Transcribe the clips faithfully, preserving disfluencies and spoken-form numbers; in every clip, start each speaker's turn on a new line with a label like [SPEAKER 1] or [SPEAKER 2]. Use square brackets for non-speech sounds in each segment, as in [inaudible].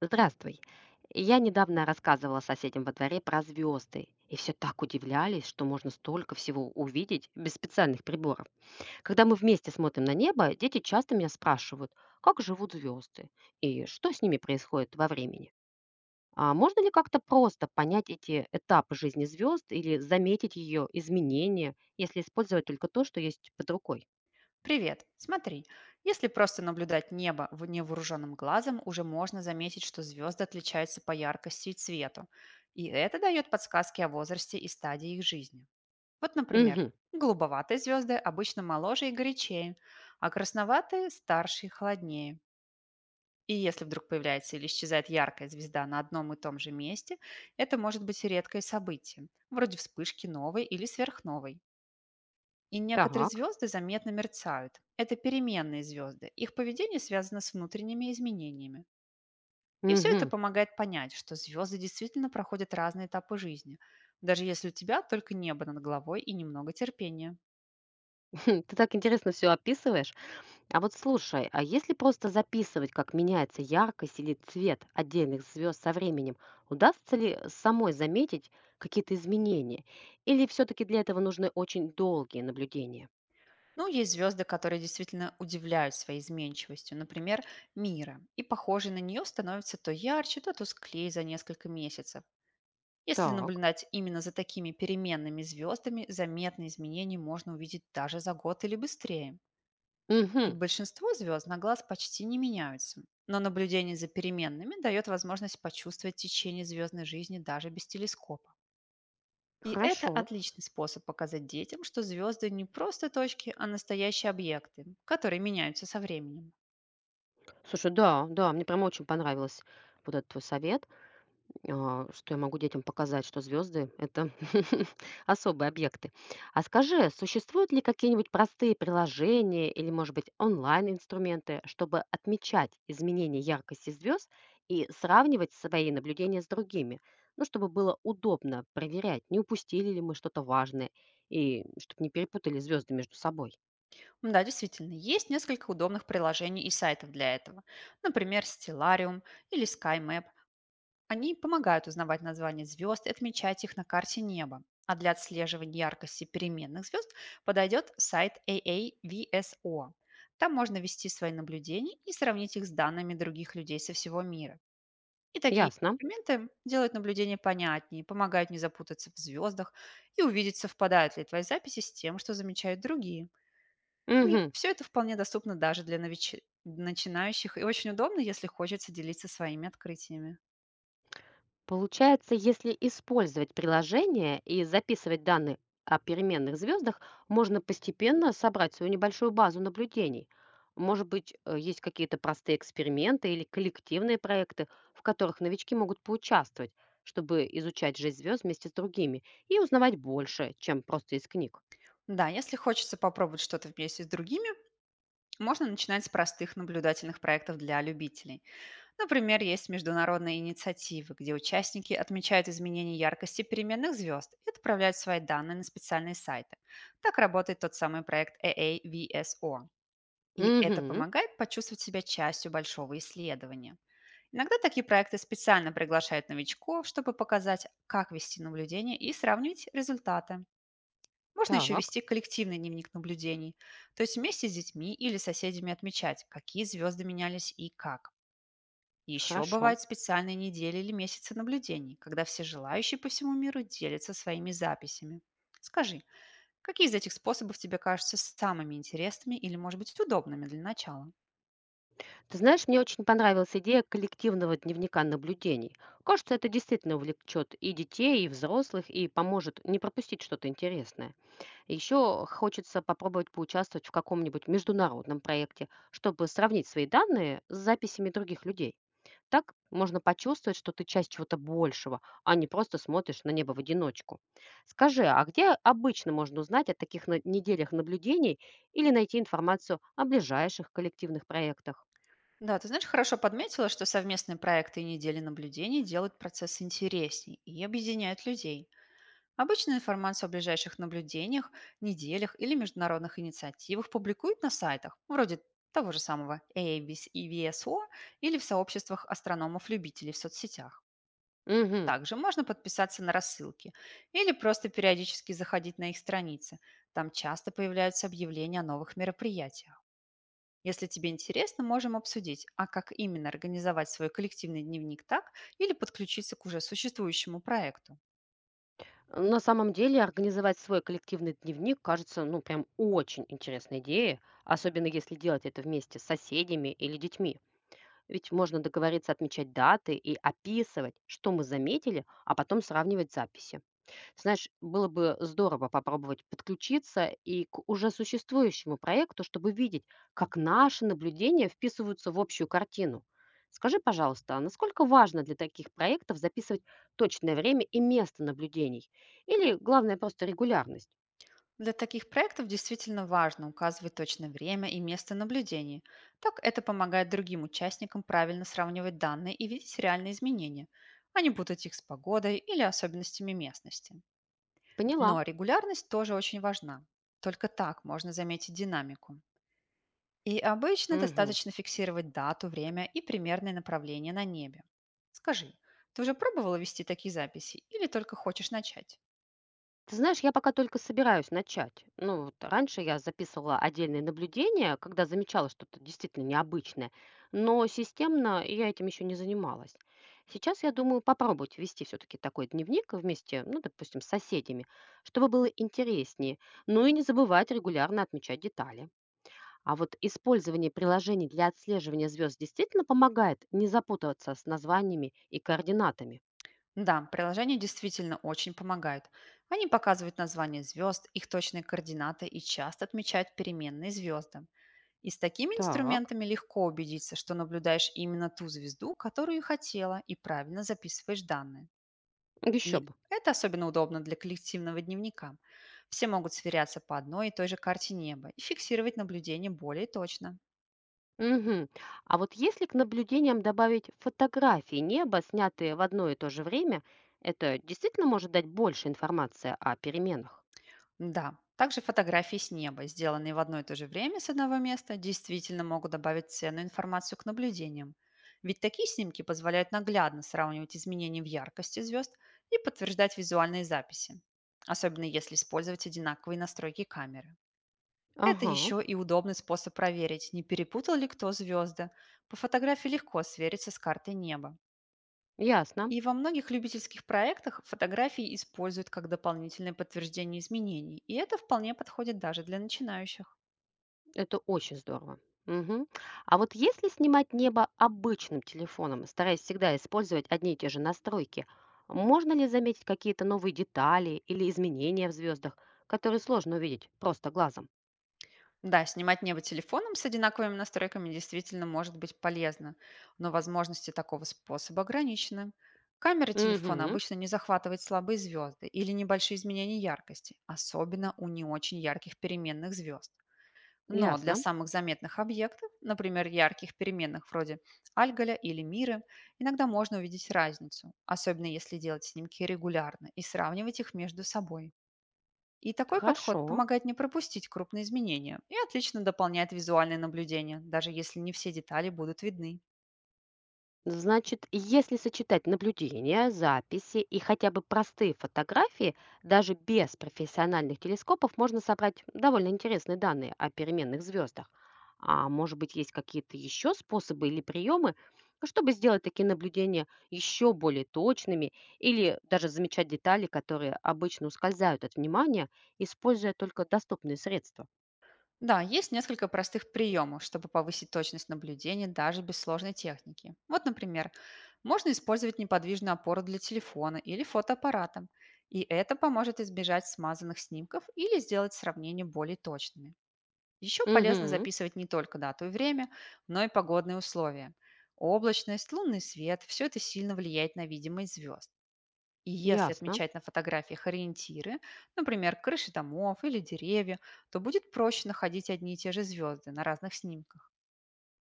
[SPEAKER 1] Здравствуй. Я недавно рассказывала соседям во дворе про звезды, и все так удивлялись, что можно столько всего увидеть без специальных приборов. Когда мы вместе смотрим на небо, дети часто меня спрашивают, как живут звезды и что с ними происходит во времени. А можно ли как-то просто понять эти этапы жизни звезд или заметить ее изменения, если использовать только то, что есть под рукой?
[SPEAKER 2] Привет. Смотри, если просто наблюдать небо в невооруженным глазом, уже можно заметить, что звезды отличаются по яркости и цвету. И это дает подсказки о возрасте и стадии их жизни. Вот, например,
[SPEAKER 1] Угу,
[SPEAKER 2] голубоватые звезды обычно моложе и горячее, а красноватые– старше и холоднее. И если вдруг появляется или исчезает яркая звезда на одном и том же месте, это может быть редкое событие, вроде вспышки новой или сверхновой. И некоторые
[SPEAKER 1] так.
[SPEAKER 2] звезды заметно мерцают. Это переменные звезды. Их поведение связано с внутренними изменениями. И все это
[SPEAKER 1] Угу.
[SPEAKER 2] помогает понять, что звезды действительно проходят разные этапы жизни, даже если у тебя только небо над головой и немного терпения.
[SPEAKER 1] [laughs] Ты так интересно все описываешь. А вот слушай, а если просто записывать, как меняется яркость или цвет отдельных звезд со временем, удастся ли самой заметить какие-то изменения? Или все-таки для этого нужны очень долгие наблюдения?
[SPEAKER 2] Ну, есть звезды, которые действительно удивляют своей изменчивостью, например, Мира, и похожие на нее становятся то ярче, то тусклее за несколько месяцев. Если
[SPEAKER 1] Так.
[SPEAKER 2] наблюдать именно за такими переменными звездами, заметные изменения можно увидеть даже за год или быстрее. И
[SPEAKER 1] Угу.
[SPEAKER 2] большинство звезд на глаз почти не меняются, но наблюдение за переменными дает возможность почувствовать течение звездной жизни даже без телескопа. И это
[SPEAKER 1] Хорошо.
[SPEAKER 2] отличный способ показать детям, что звезды не просто точки, а настоящие объекты, которые меняются со временем.
[SPEAKER 1] Слушай, да, да, мне прям очень понравилось вот этот твой совет. А, что я могу детям показать, что звезды — это [laughs] особые объекты. А скажи, существуют ли какие-нибудь простые приложения или, может быть, онлайн-инструменты, чтобы отмечать изменения яркости звезд и сравнивать свои наблюдения с другими? Ну, чтобы было удобно проверять, не упустили ли мы что-то важное, и чтобы не перепутали звезды между собой.
[SPEAKER 2] М, Да, действительно, есть несколько удобных приложений и сайтов для этого. Например, Stellarium или SkyMap, они помогают узнавать названия звезд и отмечать их на карте неба. А для отслеживания яркости переменных звезд подойдет сайт A A V S O. Там можно вести свои наблюдения и сравнить их с данными других людей со всего мира. И такие
[SPEAKER 1] Ясно.
[SPEAKER 2] инструменты делают наблюдения понятнее, помогают не запутаться в звездах и увидеть, совпадают ли твои записи с тем, что замечают другие. И
[SPEAKER 1] Мгм.
[SPEAKER 2] все это вполне доступно даже для нович- начинающих и очень удобно, если хочется делиться своими открытиями.
[SPEAKER 1] Получается, если использовать приложение и записывать данные о переменных звездах, можно постепенно собрать свою небольшую базу наблюдений. Может быть, э, есть какие-то простые эксперименты или коллективные проекты, в которых новички могут поучаствовать, чтобы изучать жизнь звезд вместе с другими и узнавать больше, чем просто из книг.
[SPEAKER 2] Да, если хочется попробовать что-то вместе с другими, можно начинать с простых наблюдательных проектов для любителей. Например, есть международные инициативы, где участники отмечают изменения яркости переменных звезд и отправляют свои данные на специальные сайты. Так работает тот самый проект A A V S O. И это
[SPEAKER 1] Угу,
[SPEAKER 2] помогает почувствовать себя частью большого исследования. Иногда такие проекты специально приглашают новичков, чтобы показать, как вести наблюдение и сравнить результаты. Можно еще
[SPEAKER 1] так,
[SPEAKER 2] вести коллективный дневник наблюдений, то есть вместе с детьми или соседями отмечать, какие звезды менялись и как. Еще
[SPEAKER 1] хорошо.
[SPEAKER 2] бывают специальные недели или месяцы наблюдений, когда все желающие по всему миру делятся своими записями. Скажи, какие из этих способов тебе кажутся самыми интересными или, может быть, удобными для начала?
[SPEAKER 1] Ты знаешь, мне очень понравилась идея коллективного дневника наблюдений. Кажется, это действительно увлечет и детей, и взрослых, и поможет не пропустить что-то интересное. Еще хочется попробовать поучаствовать в каком-нибудь международном проекте, чтобы сравнить свои данные с записями других людей. Так можно почувствовать, что ты часть чего-то большего, а не просто смотришь на небо в одиночку. Скажи, а где обычно можно узнать о таких на- неделях наблюдений или найти информацию о ближайших коллективных проектах?
[SPEAKER 2] Да, ты знаешь, хорошо подметила, что совместные проекты и недели наблюдений делают процесс интересней и объединяют людей. Обычно информацию о ближайших наблюдениях, неделях или международных инициативах публикуют на сайтах, вроде того же самого A A B S и V S O или в сообществах астрономов-любителей в соцсетях.
[SPEAKER 1] Угу.
[SPEAKER 2] Также можно подписаться на рассылки или просто периодически заходить на их страницы. Там часто появляются объявления о новых мероприятиях. Если тебе интересно, можем обсудить, а как именно организовать свой коллективный дневник так или подключиться к уже существующему проекту.
[SPEAKER 1] На самом деле организовать свой коллективный дневник кажется, ну, прям очень интересной идеей, особенно если делать это вместе с соседями или детьми. Ведь можно договориться отмечать даты и описывать, что мы заметили, а потом сравнивать записи. Знаешь, было бы здорово попробовать подключиться и к уже существующему проекту, чтобы видеть, как наши наблюдения вписываются в общую картину. Скажи, пожалуйста, а насколько важно для таких проектов записывать точное время и место наблюдений? Или главное просто регулярность?
[SPEAKER 2] Для таких проектов действительно важно указывать точное время и место наблюдений. Так это помогает другим участникам правильно сравнивать данные и видеть реальные изменения, а не путать их с погодой или особенностями местности.
[SPEAKER 1] Поняла.
[SPEAKER 2] Но регулярность тоже очень важна. Только так можно заметить динамику. И обычно
[SPEAKER 1] Мгм.
[SPEAKER 2] достаточно фиксировать дату, время и примерное направление на небе. Скажи, ты уже пробовала вести такие записи или только хочешь начать?
[SPEAKER 1] Ты знаешь, я пока только собираюсь начать. Ну, вот раньше я записывала отдельные наблюдения, когда замечала что-то действительно необычное, но системно я этим еще не занималась. Сейчас я думаю попробовать вести все-таки такой дневник вместе, ну, допустим, с соседями, чтобы было интереснее, ну и не забывать регулярно отмечать детали. А вот использование приложений для отслеживания звезд действительно помогает не запутываться с названиями и координатами.
[SPEAKER 2] Да, приложения действительно очень помогают. Они показывают названия звезд, их точные координаты и часто отмечают переменные звезды. И с такими
[SPEAKER 1] Так,
[SPEAKER 2] инструментами легко убедиться, что наблюдаешь именно ту звезду, которую хотела, и правильно записываешь данные.
[SPEAKER 1] еще
[SPEAKER 2] И
[SPEAKER 1] бы.
[SPEAKER 2] это особенно удобно для коллективного дневника. Все могут сверяться по одной и той же карте неба и фиксировать наблюдения более точно.
[SPEAKER 1] Мгм. А вот если к наблюдениям добавить фотографии неба, снятые в одно и то же время, это действительно может дать больше информации о переменах?
[SPEAKER 2] Да, также фотографии с неба, сделанные в одно и то же время с одного места, действительно могут добавить ценную информацию к наблюдениям. Ведь такие снимки позволяют наглядно сравнивать изменения в яркости звезд и подтверждать визуальные записи, особенно если использовать одинаковые настройки камеры. Это
[SPEAKER 1] Ага,
[SPEAKER 2] еще и удобный способ проверить, не перепутал ли кто звезды. По фотографии легко свериться с картой неба.
[SPEAKER 1] ясно.
[SPEAKER 2] И во многих любительских проектах фотографии используют как дополнительное подтверждение изменений, и это вполне подходит даже для начинающих.
[SPEAKER 1] Это очень здорово. Мгм. А вот если снимать небо обычным телефоном, стараясь всегда использовать одни и те же настройки, можно ли заметить какие-то новые детали или изменения в звездах, которые сложно увидеть просто глазом?
[SPEAKER 2] Да, снимать небо телефоном с одинаковыми настройками действительно может быть полезно, но возможности такого способа ограничены. Камера телефона
[SPEAKER 1] Угу,
[SPEAKER 2] обычно не захватывает слабые звезды или небольшие изменения яркости, особенно у не очень ярких переменных звезд. Но для
[SPEAKER 1] ясно.
[SPEAKER 2] самых заметных объектов, например, ярких переменных вроде Альголя или Миры, иногда можно увидеть разницу, особенно если делать снимки регулярно и сравнивать их между собой. И такой подход
[SPEAKER 1] Хорошо.
[SPEAKER 2] помогает не пропустить крупные изменения и отлично дополняет визуальные наблюдения, даже если не все детали будут видны.
[SPEAKER 1] Значит, если сочетать наблюдения, записи и хотя бы простые фотографии, даже без профессиональных телескопов можно собрать довольно интересные данные о переменных звездах. А может быть, есть какие-то еще способы или приемы, чтобы сделать такие наблюдения еще более точными или даже замечать детали, которые обычно ускользают от внимания, используя только доступные средства?
[SPEAKER 2] Да, есть несколько простых приемов, чтобы повысить точность наблюдения даже без сложной техники. Вот, например, можно использовать неподвижную опору для телефона или фотоаппарата, и это поможет избежать смазанных снимков или сделать сравнения более точными. Еще полезно
[SPEAKER 1] Угу,
[SPEAKER 2] записывать не только дату и время, но и погодные условия. Облачность, лунный свет– все это сильно влияет на видимость звезд. И если
[SPEAKER 1] ясно.
[SPEAKER 2] отмечать на фотографиях ориентиры, например, крыши домов или деревья, то будет проще находить одни и те же звезды на разных снимках.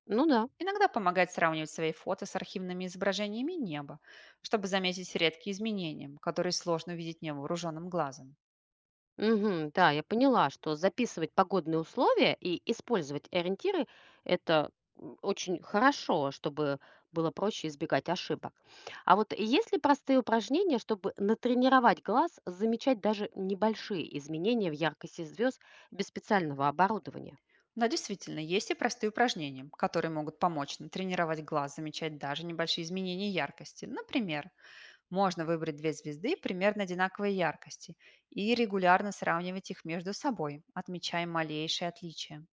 [SPEAKER 1] Ну да.
[SPEAKER 2] Иногда помогает сравнивать свои фото с архивными изображениями неба, чтобы заметить редкие изменения, которые сложно увидеть невооруженным глазом.
[SPEAKER 1] Мгм. Да, я поняла, что записывать погодные условия и использовать ориентиры — это м, очень хорошо, чтобы было проще избегать ошибок. А вот есть ли простые упражнения, чтобы натренировать глаз, замечать даже небольшие изменения в яркости звезд без специального оборудования?
[SPEAKER 2] Но действительно, есть и простые упражнения, которые могут помочь натренировать глаз замечать даже небольшие изменения яркости. Например, можно выбрать две звезды примерно одинаковой яркости и регулярно сравнивать их между собой, отмечая малейшие отличия.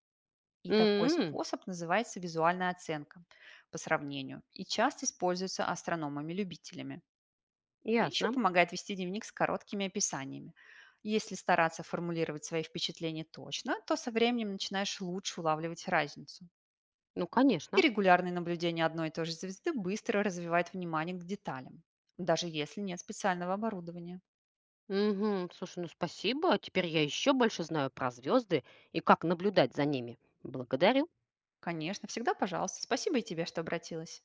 [SPEAKER 2] И такой
[SPEAKER 1] М,
[SPEAKER 2] способ называется визуальная оценка по сравнению и часто используется астрономами-любителями. Еще
[SPEAKER 1] ясно.
[SPEAKER 2] помогает вести дневник с короткими описаниями. Если стараться формулировать свои впечатления точно, то со временем начинаешь лучше улавливать разницу.
[SPEAKER 1] Ну,
[SPEAKER 2] И
[SPEAKER 1] конечно.
[SPEAKER 2] регулярное наблюдение одной и той же звезды быстро развивает внимание к деталям, даже если нет специального оборудования.
[SPEAKER 1] Мгм. Слушай, ну спасибо. Теперь я еще больше знаю про звезды и как наблюдать за ними. Благодарю.
[SPEAKER 2] Конечно, всегда пожалуйста. Спасибо и тебе, что обратилась.